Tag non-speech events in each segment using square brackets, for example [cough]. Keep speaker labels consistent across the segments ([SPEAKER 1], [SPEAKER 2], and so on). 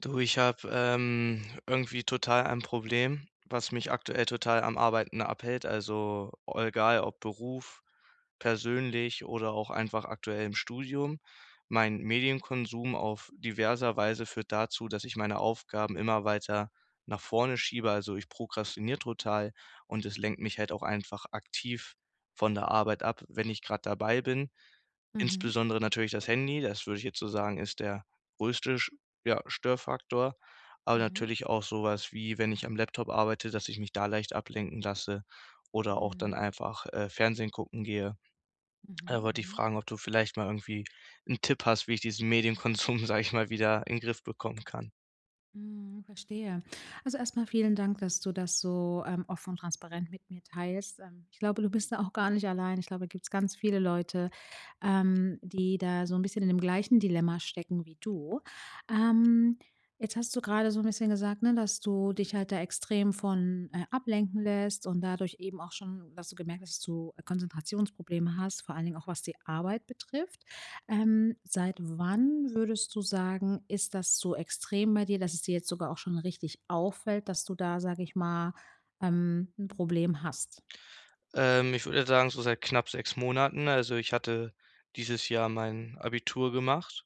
[SPEAKER 1] Du, ich habe irgendwie total ein Problem, was mich aktuell total am Arbeiten abhält. Also egal ob Beruf, persönlich oder auch einfach aktuell im Studium. Mein Medienkonsum auf diverser Weise führt dazu, dass ich meine Aufgaben immer weiter nach vorne schiebe. Also ich prokrastiniere total und es lenkt mich halt auch einfach aktiv von der Arbeit ab, wenn ich gerade dabei bin.
[SPEAKER 2] Mhm,
[SPEAKER 1] Insbesondere natürlich das Handy, das würde ich jetzt so sagen, ist der größte sch ja, Störfaktor, aber
[SPEAKER 2] mhm,
[SPEAKER 1] natürlich auch sowas wie, wenn ich am Laptop arbeite, dass ich mich da leicht ablenken lasse oder auch dann
[SPEAKER 2] mhm,
[SPEAKER 1] einfach, Fernsehen gucken gehe.
[SPEAKER 2] mhm,
[SPEAKER 1] Da wollte ich
[SPEAKER 2] mhm,
[SPEAKER 1] fragen, ob du vielleicht mal irgendwie einen Tipp hast, wie ich diesen Medienkonsum, [laughs] sage ich mal, wieder in den Griff bekommen kann?
[SPEAKER 2] mhm, verstehe. Also erstmal vielen Dank, dass du das so offen und transparent mit mir teilst. Ich glaube, du bist da auch gar nicht allein. Ich glaube, da gibt es ganz viele Leute, die da so ein bisschen in dem gleichen Dilemma stecken wie du. Ähm, jetzt hast du gerade so ein bisschen gesagt, ne, dass du dich halt da extrem von ablenken lässt und dadurch eben auch schon dass du gemerkt hast, dass du Konzentrationsprobleme hast, vor allen Dingen auch was die Arbeit betrifft. Seit wann würdest du sagen, ist das so extrem bei dir, dass es dir jetzt sogar auch schon richtig auffällt, dass du da, sage ich mal, 'n Problem hast?
[SPEAKER 1] Ich würde sagen, so seit knapp 6 Monaten. Also, ich hatte dieses Jahr mein Abitur gemacht.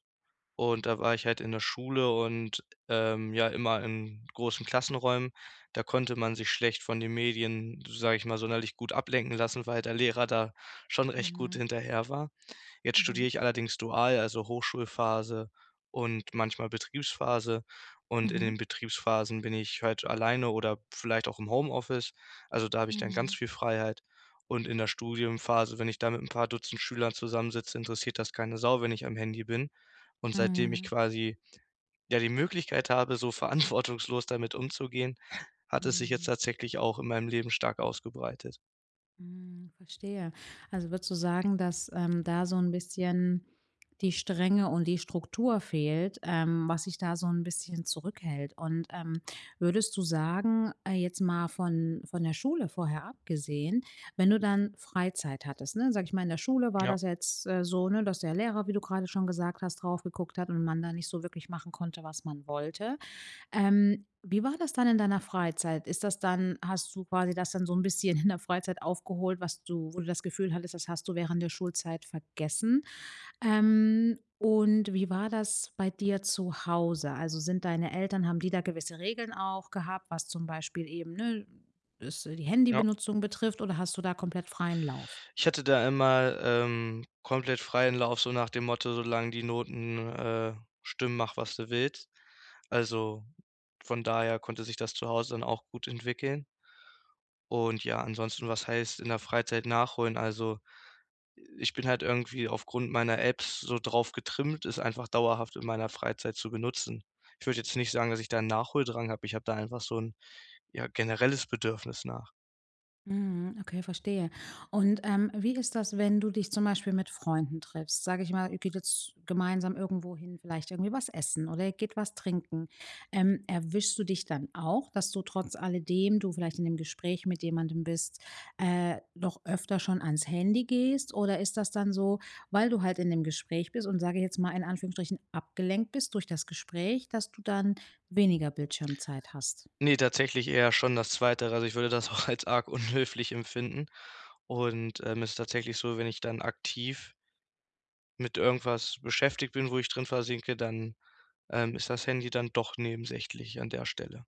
[SPEAKER 1] Und da war ich halt in der Schule und, ja, immer in großen Klassenräumen. Da konnte man sich schlecht von den Medien, sage ich mal, sonderlich gut ablenken lassen, weil der Lehrer da schon recht gut
[SPEAKER 2] Mhm,
[SPEAKER 1] hinterher war. Jetzt studiere
[SPEAKER 2] mhm,
[SPEAKER 1] ich allerdings dual, also Hochschulphase und manchmal Betriebsphase. Und in
[SPEAKER 2] mhm,
[SPEAKER 1] den Betriebsphasen bin ich halt alleine oder vielleicht auch im Homeoffice. Also da habe ich dann ganz
[SPEAKER 2] mhm,
[SPEAKER 1] viel Freiheit. Und in der Studienphase, wenn ich da mit ein paar Dutzend Schülern zusammensitze, interessiert das keine Sau, wenn ich am Handy bin. Und seitdem ich
[SPEAKER 2] mhm,
[SPEAKER 1] quasi, ja, die Möglichkeit habe, so [laughs] verantwortungslos damit umzugehen, hat es sich jetzt
[SPEAKER 2] mhm.
[SPEAKER 1] tatsächlich auch in meinem Leben stark ausgebreitet.
[SPEAKER 2] Hm, verstehe. Also würdest du sagen, dass da so ein bisschen die Strenge und die Struktur fehlt, was sich da so ein bisschen zurückhält? Und würdest du sagen, jetzt mal von der Schule vorher abgesehen, wenn du dann Freizeit hattest, ne, sag ich mal, in der Schule war
[SPEAKER 1] Ja,
[SPEAKER 2] das jetzt, so, ne, dass der Lehrer, wie du gerade schon gesagt hast, drauf geguckt hat und man da nicht so wirklich machen konnte, was man wollte. Wie war das dann in deiner Freizeit? Ist das dann Hast du quasi das dann so ein bisschen in der Freizeit aufgeholt, was du wo du das Gefühl hattest, das hast du während der Schulzeit vergessen? Und wie war das bei dir zu Hause? Also, sind deine Eltern haben die da gewisse Regeln auch gehabt, was zum Beispiel eben, ne, es die
[SPEAKER 1] ja.
[SPEAKER 2] Handybenutzung betrifft oder hast du da komplett freien Lauf?
[SPEAKER 1] Ich hatte da immer, komplett freien Lauf, so nach dem Motto: „Solange die Noten, stimmen, mach, was du willst.“ Also, von daher konnte sich das zu Hause dann auch gut entwickeln. Und ja, ansonsten, was heißt in der Freizeit nachholen? Also, ich bin halt irgendwie aufgrund meiner Apps so drauf getrimmt, es einfach dauerhaft in meiner Freizeit zu benutzen. Ich würde jetzt nicht sagen, dass ich da 'n Nachholdrang habe. Ich habe da einfach so ein ja, generelles Bedürfnis nach.
[SPEAKER 2] Mhm, okay, verstehe. Und wie ist das, wenn du dich zum Beispiel mit Freunden triffst? Sage ich mal, ihr geht jetzt gemeinsam irgendwo hin, vielleicht irgendwie was essen oder ihr geht was trinken. Erwischst du dich dann auch, dass du trotz alledem du vielleicht in dem Gespräch mit jemandem bist, doch öfter schon ans Handy gehst? Oder ist das dann so, weil du halt in dem Gespräch bist und sage ich jetzt mal in Anführungsstrichen abgelenkt bist durch das Gespräch, dass du dann weniger Bildschirmzeit hast?
[SPEAKER 1] Nee, tatsächlich eher schon das Zweite. Also, ich würde das auch als arg unhöflich empfinden. Und, es ist tatsächlich so, wenn ich dann aktiv mit irgendwas beschäftigt bin, wo ich drin versinke, dann, ist das Handy dann doch nebensächlich an der Stelle.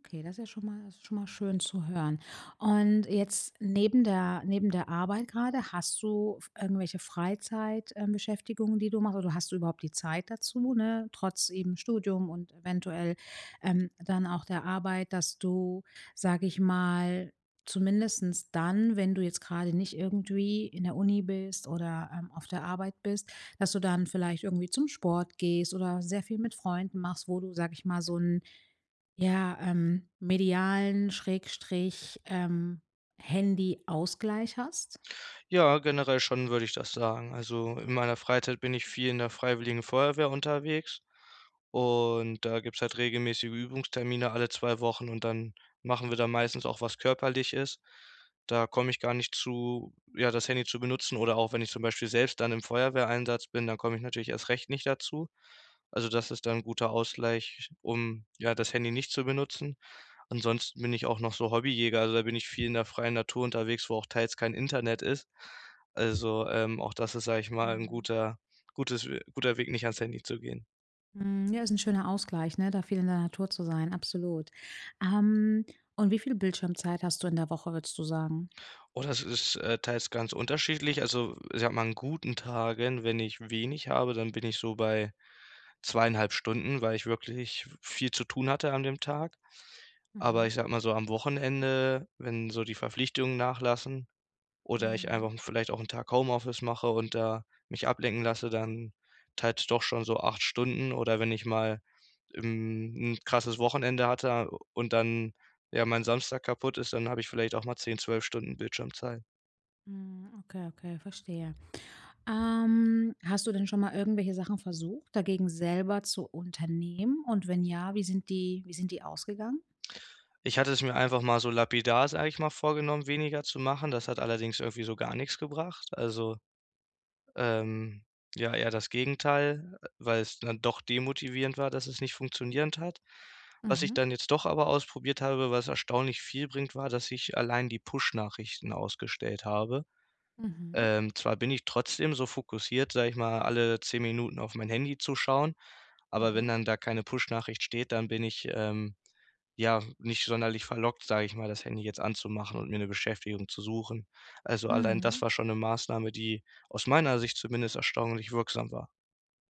[SPEAKER 2] Okay, das ist schon mal schön zu hören. Und jetzt neben der Arbeit gerade hast du f irgendwelche Freizeitbeschäftigungen, die du machst oder hast du überhaupt die Zeit dazu, ne, trotz eben Studium und eventuell, dann auch der Arbeit, dass du, sage ich mal, zumindestens dann, wenn du jetzt gerade nicht irgendwie in der Uni bist oder auf der Arbeit bist, dass du dann vielleicht irgendwie zum Sport gehst oder sehr viel mit Freunden machst, wo du, sage ich mal, so ein ja, medialen Schrägstrich, Handy-Ausgleich hast?
[SPEAKER 1] Ja, generell schon, würde ich das sagen. Also, in meiner Freizeit bin ich viel in der Freiwilligen Feuerwehr unterwegs und da gibt's halt regelmäßige Übungstermine alle 2 Wochen und dann machen wir da meistens auch was Körperliches. Da komme ich gar nicht zu, ja, das Handy zu benutzen oder auch wenn ich zum Beispiel selbst dann im Feuerwehreinsatz bin, dann komme ich natürlich erst recht nicht dazu. Also, das ist dann 'n guter Ausgleich, um, ja, das Handy nicht zu benutzen. Ansonsten bin ich auch noch so Hobbyjäger, also da bin ich viel in der freien Natur unterwegs, wo auch teils kein Internet ist. Also, auch das ist, sage ich mal, 'n
[SPEAKER 2] Mhm.
[SPEAKER 1] guter gutes We guter Weg, nicht ans Handy zu gehen.
[SPEAKER 2] Hm, ja, ist ein schöner Ausgleich, ne, da viel in der Natur zu sein, absolut. Ähm, und wie viel Bildschirmzeit hast du in der Woche, würdest du sagen?
[SPEAKER 1] Oh, das ist, teils ganz unterschiedlich. Also, ich sage mal, an guten Tagen, wenn ich wenig habe, dann bin ich so bei 2,5 Stunden, weil ich wirklich viel zu tun hatte an dem Tag. Aber
[SPEAKER 2] Mhm.
[SPEAKER 1] ich sage mal so am Wochenende, wenn so die Verpflichtungen nachlassen. Oder ich einfach
[SPEAKER 2] Mhm.
[SPEAKER 1] vielleicht auch 'n Tag Homeoffice mache und da mich ablenken lasse, dann halt doch schon so 8 Stunden. Oder wenn ich mal, 'n krasses Wochenende hatte und dann, ja, mein Samstag kaputt ist, dann habe ich vielleicht auch mal 10, 12 Stunden Bildschirmzeit.
[SPEAKER 2] Mhm, okay, okay, verstehe. Hast du denn schon mal irgendwelche Sachen versucht, dagegen selber zu unternehmen? Und wenn ja, wie sind die ausgegangen?
[SPEAKER 1] Ich hatte es mir einfach mal so lapidar, sage ich mal, vorgenommen, weniger zu machen. Das hat allerdings irgendwie so gar nichts gebracht. Also Ähm, ja, eher das Gegenteil, weil es dann doch demotivierend war, dass es nicht funktionierend hat. Was ich
[SPEAKER 2] Mhm.
[SPEAKER 1] dann jetzt doch aber ausprobiert habe, was erstaunlich viel bringt, war, dass ich allein die Push-Nachrichten ausgestellt habe.
[SPEAKER 2] Mhm.
[SPEAKER 1] Zwar bin ich trotzdem so fokussiert, sage ich mal, alle 10 Minuten auf mein Handy zu schauen, aber wenn
[SPEAKER 2] Mhm.
[SPEAKER 1] dann da keine Push-Nachricht steht, dann bin ich, ja, nicht sonderlich verlockt, sage ich mal, das Handy jetzt anzumachen und mir 'ne Beschäftigung zu suchen. Also, allein das
[SPEAKER 2] Mhm.
[SPEAKER 1] war schon 'ne Maßnahme, die aus meiner Sicht zumindest erstaunlich wirksam war.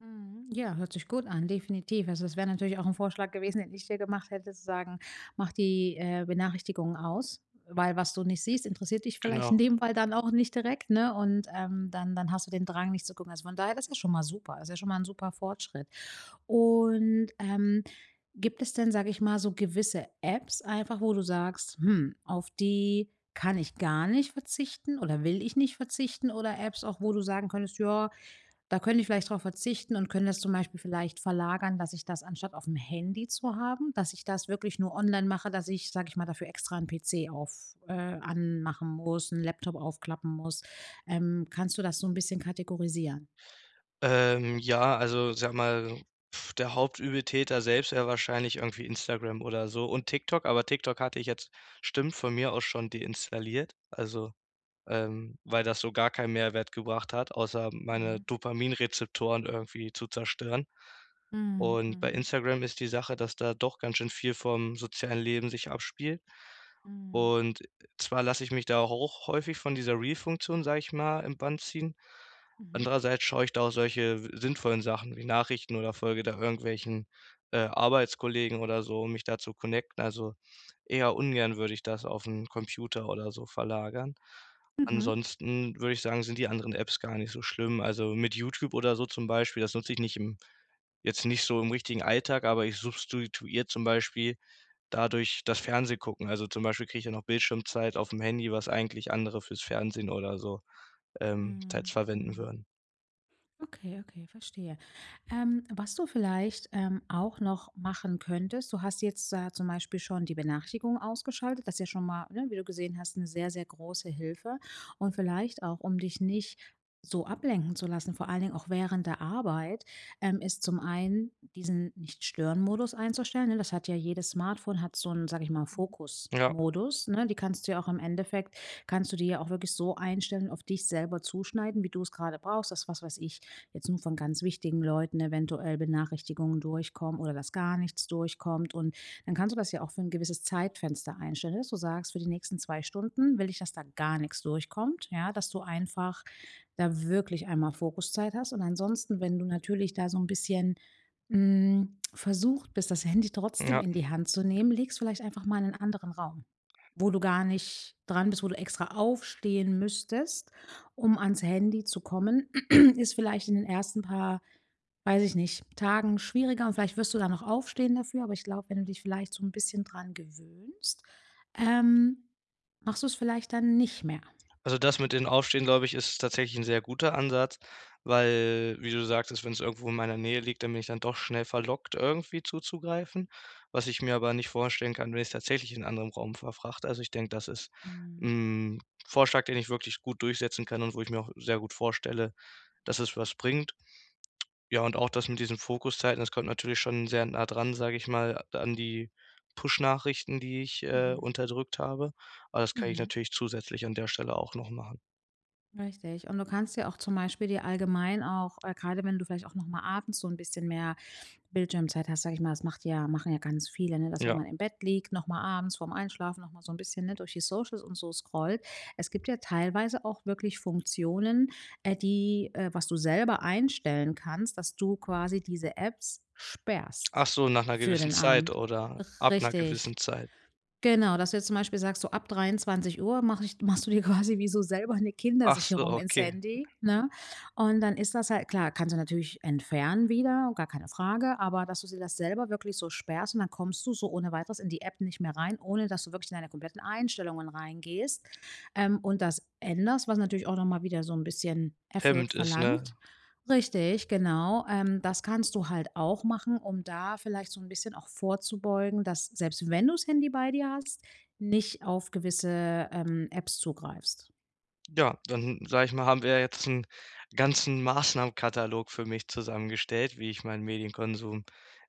[SPEAKER 2] Mhm. Ja, hört sich gut an, definitiv. Also, das wäre natürlich auch ein Vorschlag gewesen, den ich dir gemacht hätte, zu sagen: „Mach die Benachrichtigungen aus“, weil was du nicht siehst, interessiert dich vielleicht in
[SPEAKER 1] Genau.
[SPEAKER 2] dem Fall dann auch nicht direkt, ne? Und dann hast du den Drang, nicht zu gucken. Also, von daher, das ist ja schon mal super. Das ist ja schon mal ein super Fortschritt. Und gibt es denn, sage ich mal, so gewisse Apps einfach, wo du sagst: „Hm, auf die kann ich gar nicht verzichten oder will ich nicht verzichten?“ oder Apps auch, wo du sagen könntest: „Ja, da können die vielleicht darauf verzichten und können das zum Beispiel vielleicht verlagern, dass ich das anstatt auf dem Handy zu haben dass ich das wirklich nur online mache, dass ich, sage ich mal, dafür extra 'n PC auf anmachen muss, einen Laptop aufklappen muss. Kannst du das so ein bisschen kategorisieren?
[SPEAKER 1] Ja, also, sage mal, der Hauptübeltäter selbst wäre wahrscheinlich irgendwie Instagram oder so und TikTok, aber TikTok hatte ich jetzt stimmt, von mir aus schon deinstalliert. Also weil das so gar keinen Mehrwert gebracht hat, außer meine
[SPEAKER 2] Mhm.
[SPEAKER 1] Dopaminrezeptoren irgendwie zu zerstören.
[SPEAKER 2] Mhm,
[SPEAKER 1] Und bei
[SPEAKER 2] mhm,
[SPEAKER 1] Instagram ist die Sache, dass da doch ganz schön viel vom sozialen Leben sich abspielt.
[SPEAKER 2] mhm,
[SPEAKER 1] Und zwar lasse ich mich da auch häufig von dieser Reel-Funktion, sage ich mal, im Bann ziehen.
[SPEAKER 2] mhm,
[SPEAKER 1] Andererseits schaue ich da auch solche sinnvollen Sachen wie Nachrichten oder folge da irgendwelchen Arbeitskollegen oder so, um mich da zu connecten. Also eher ungern würde ich das auf einen Computer oder so verlagern.
[SPEAKER 2] mhm,
[SPEAKER 1] Ansonsten würde ich sagen, sind die anderen Apps gar nicht so schlimm. Also, mit YouTube oder so zum Beispiel, das nutze ich nicht im jetzt nicht so im richtigen Alltag, aber ich substituiere zum Beispiel dadurch das Fernsehgucken. Also, zum Beispiel kriege ich ja noch Bildschirmzeit auf dem Handy, was eigentlich andere fürs Fernsehen oder so, teils
[SPEAKER 2] mhm,
[SPEAKER 1] verwenden
[SPEAKER 2] mhm.
[SPEAKER 1] würden.
[SPEAKER 2] Okay, okay, verstehe. Was du vielleicht auch noch machen könntest, du hast jetzt zum Beispiel schon die Benachrichtigung ausgeschaltet, das ist ja schon mal, ne, wie du gesehen hast, eine sehr, sehr große Hilfe. Und vielleicht auch, um dich nicht so ablenken zu lassen, vor allen Dingen auch während der Arbeit, ist zum einen diesen Nicht-Stören-Modus einzustellen. Ne? Das hat ja jedes Smartphone, hat so einen, sag ich mal,
[SPEAKER 1] Ja,
[SPEAKER 2] Fokus-Modus. Ne? Die kannst du ja auch im Endeffekt, Kannst du die ja auch wirklich so einstellen, auf dich selber zuschneiden, wie du es gerade brauchst. Das, was weiß ich, jetzt nur von ganz wichtigen Leuten eventuell Benachrichtigungen durchkommen oder dass gar nichts durchkommt. Und dann kannst du das ja auch für ein gewisses Zeitfenster einstellen, dass du sagst, für die nächsten zwei Stunden will ich, dass da gar nichts durchkommt, ja, dass du einfach da wirklich einmal Fokuszeit hast. Und ansonsten, wenn du natürlich da so ein bisschen mh, versucht bist, das Handy trotzdem
[SPEAKER 1] ja.
[SPEAKER 2] in die Hand zu nehmen, legst vielleicht einfach mal in einen anderen Raum. Wo du gar nicht dran bist, wo du extra aufstehen müsstest, um ans Handy zu kommen, [clears throat] ist vielleicht in den ersten paar, weiß ich nicht, Tagen schwieriger und vielleicht wirst du da noch aufstehen dafür, aber ich glaube, wenn du dich vielleicht so ein bisschen dran gewöhnst, ähm, machst du es vielleicht dann nicht mehr.
[SPEAKER 1] Also, das mit den Aufstehen, glaube ich, ist tatsächlich ein sehr guter Ansatz, weil, wie du sagtest, wenn es irgendwo in meiner Nähe liegt, dann bin ich dann doch schnell verlockt, irgendwie zuzugreifen, was ich mir aber nicht vorstellen kann, wenn ich es tatsächlich in anderem Raum verfrachte. Also, ich denke, das ist
[SPEAKER 2] Mhm,
[SPEAKER 1] ein Vorschlag, den ich wirklich gut durchsetzen kann und wo ich mir auch sehr gut vorstelle, dass es was bringt. Ja, und auch das mit diesen Fokuszeiten, das kommt natürlich schon sehr nah dran, sage ich mal, an die Push-Nachrichten, die ich,
[SPEAKER 2] mhm,
[SPEAKER 1] unterdrückt habe. Aber das kann ich
[SPEAKER 2] mhm,
[SPEAKER 1] natürlich zusätzlich an der Stelle auch noch machen.
[SPEAKER 2] richtig. Und du kannst ja auch zum Beispiel dir allgemein auch, grade wenn du vielleicht auch noch mal abends so ein bisschen mehr Bildschirmzeit hast, sage ich mal, das macht ja machen ja ganz viele, ne, dass wenn
[SPEAKER 1] Ja.
[SPEAKER 2] man im Bett liegt, noch mal abends vorm Einschlafen noch mal so ein bisschen, ne, durch die Socials und so scrollt. Es gibt ja teilweise auch wirklich Funktionen, die, was du selber einstellen kannst, dass du quasi diese Apps
[SPEAKER 1] Ach
[SPEAKER 2] sperrst
[SPEAKER 1] so, nach 'ner
[SPEAKER 2] für
[SPEAKER 1] gewissen
[SPEAKER 2] den
[SPEAKER 1] Zeit
[SPEAKER 2] Abend.
[SPEAKER 1] oder ab 'ner
[SPEAKER 2] Richtig.
[SPEAKER 1] gewissen Zeit?
[SPEAKER 2] Genau, dass du jetzt zum Beispiel sagst, so ab 23:00 mache ich machst du dir quasi wie so selber eine
[SPEAKER 1] Ach so,
[SPEAKER 2] Kindersicherung ins
[SPEAKER 1] okay.
[SPEAKER 2] Handy, ne? Und dann ist das halt klar, kannst du natürlich entfernen wieder, gar keine Frage, aber dass du sie das selber wirklich so sperrst und dann kommst du so ohne Weiteres in die App nicht mehr rein, ohne dass du wirklich in deine kompletten Einstellungen reingehst, und das änderst, was natürlich auch noch mal wieder so ein bisschen Effort
[SPEAKER 1] Hemmend ist, ne?
[SPEAKER 2] verlangt. Richtig, genau. Das kannst du halt auch machen, um da vielleicht so ein bisschen auch vorzubeugen, dass selbst wenn du das Handy bei dir hast, nicht auf gewisse, Apps zugreifst.
[SPEAKER 1] Ja, dann sage ich mal, haben wir jetzt einen ganzen Maßnahmenkatalog für mich zusammengestellt, wie ich meinen Medienkonsum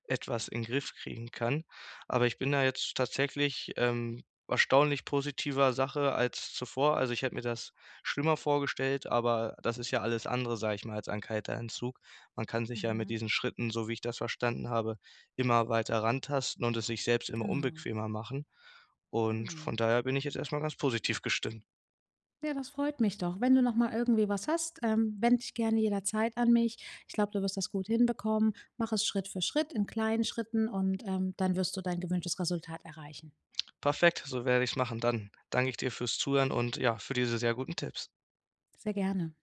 [SPEAKER 1] etwas in den Griff kriegen kann. Aber ich bin da jetzt tatsächlich, erstaunlich positiver Sache als zuvor. Also, ich hätte mir das schlimmer vorgestellt, aber das ist ja alles andere, sage ich mal, als ein kalter Entzug. Man kann sich ja mit
[SPEAKER 2] Mhm.
[SPEAKER 1] diesen Schritten, so wie ich das verstanden habe, immer weiter rantasten und es sich selbst immer
[SPEAKER 2] Genau,
[SPEAKER 1] unbequemer machen. Und von
[SPEAKER 2] genau.
[SPEAKER 1] daher bin ich jetzt erst mal ganz positiv gestimmt.
[SPEAKER 2] Ja, das freut mich doch. Wenn du noch mal irgendwie was hast, wende dich gerne jederzeit an mich. Ich glaube, du wirst das gut hinbekommen. Mach es Schritt für Schritt in kleinen Schritten und, dann wirst du dein gewünschtes Resultat erreichen.
[SPEAKER 1] Perfekt, so werde ich es machen. Dann danke ich dir fürs Zuhören und ja, für diese sehr guten Tipps.
[SPEAKER 2] Sehr gerne.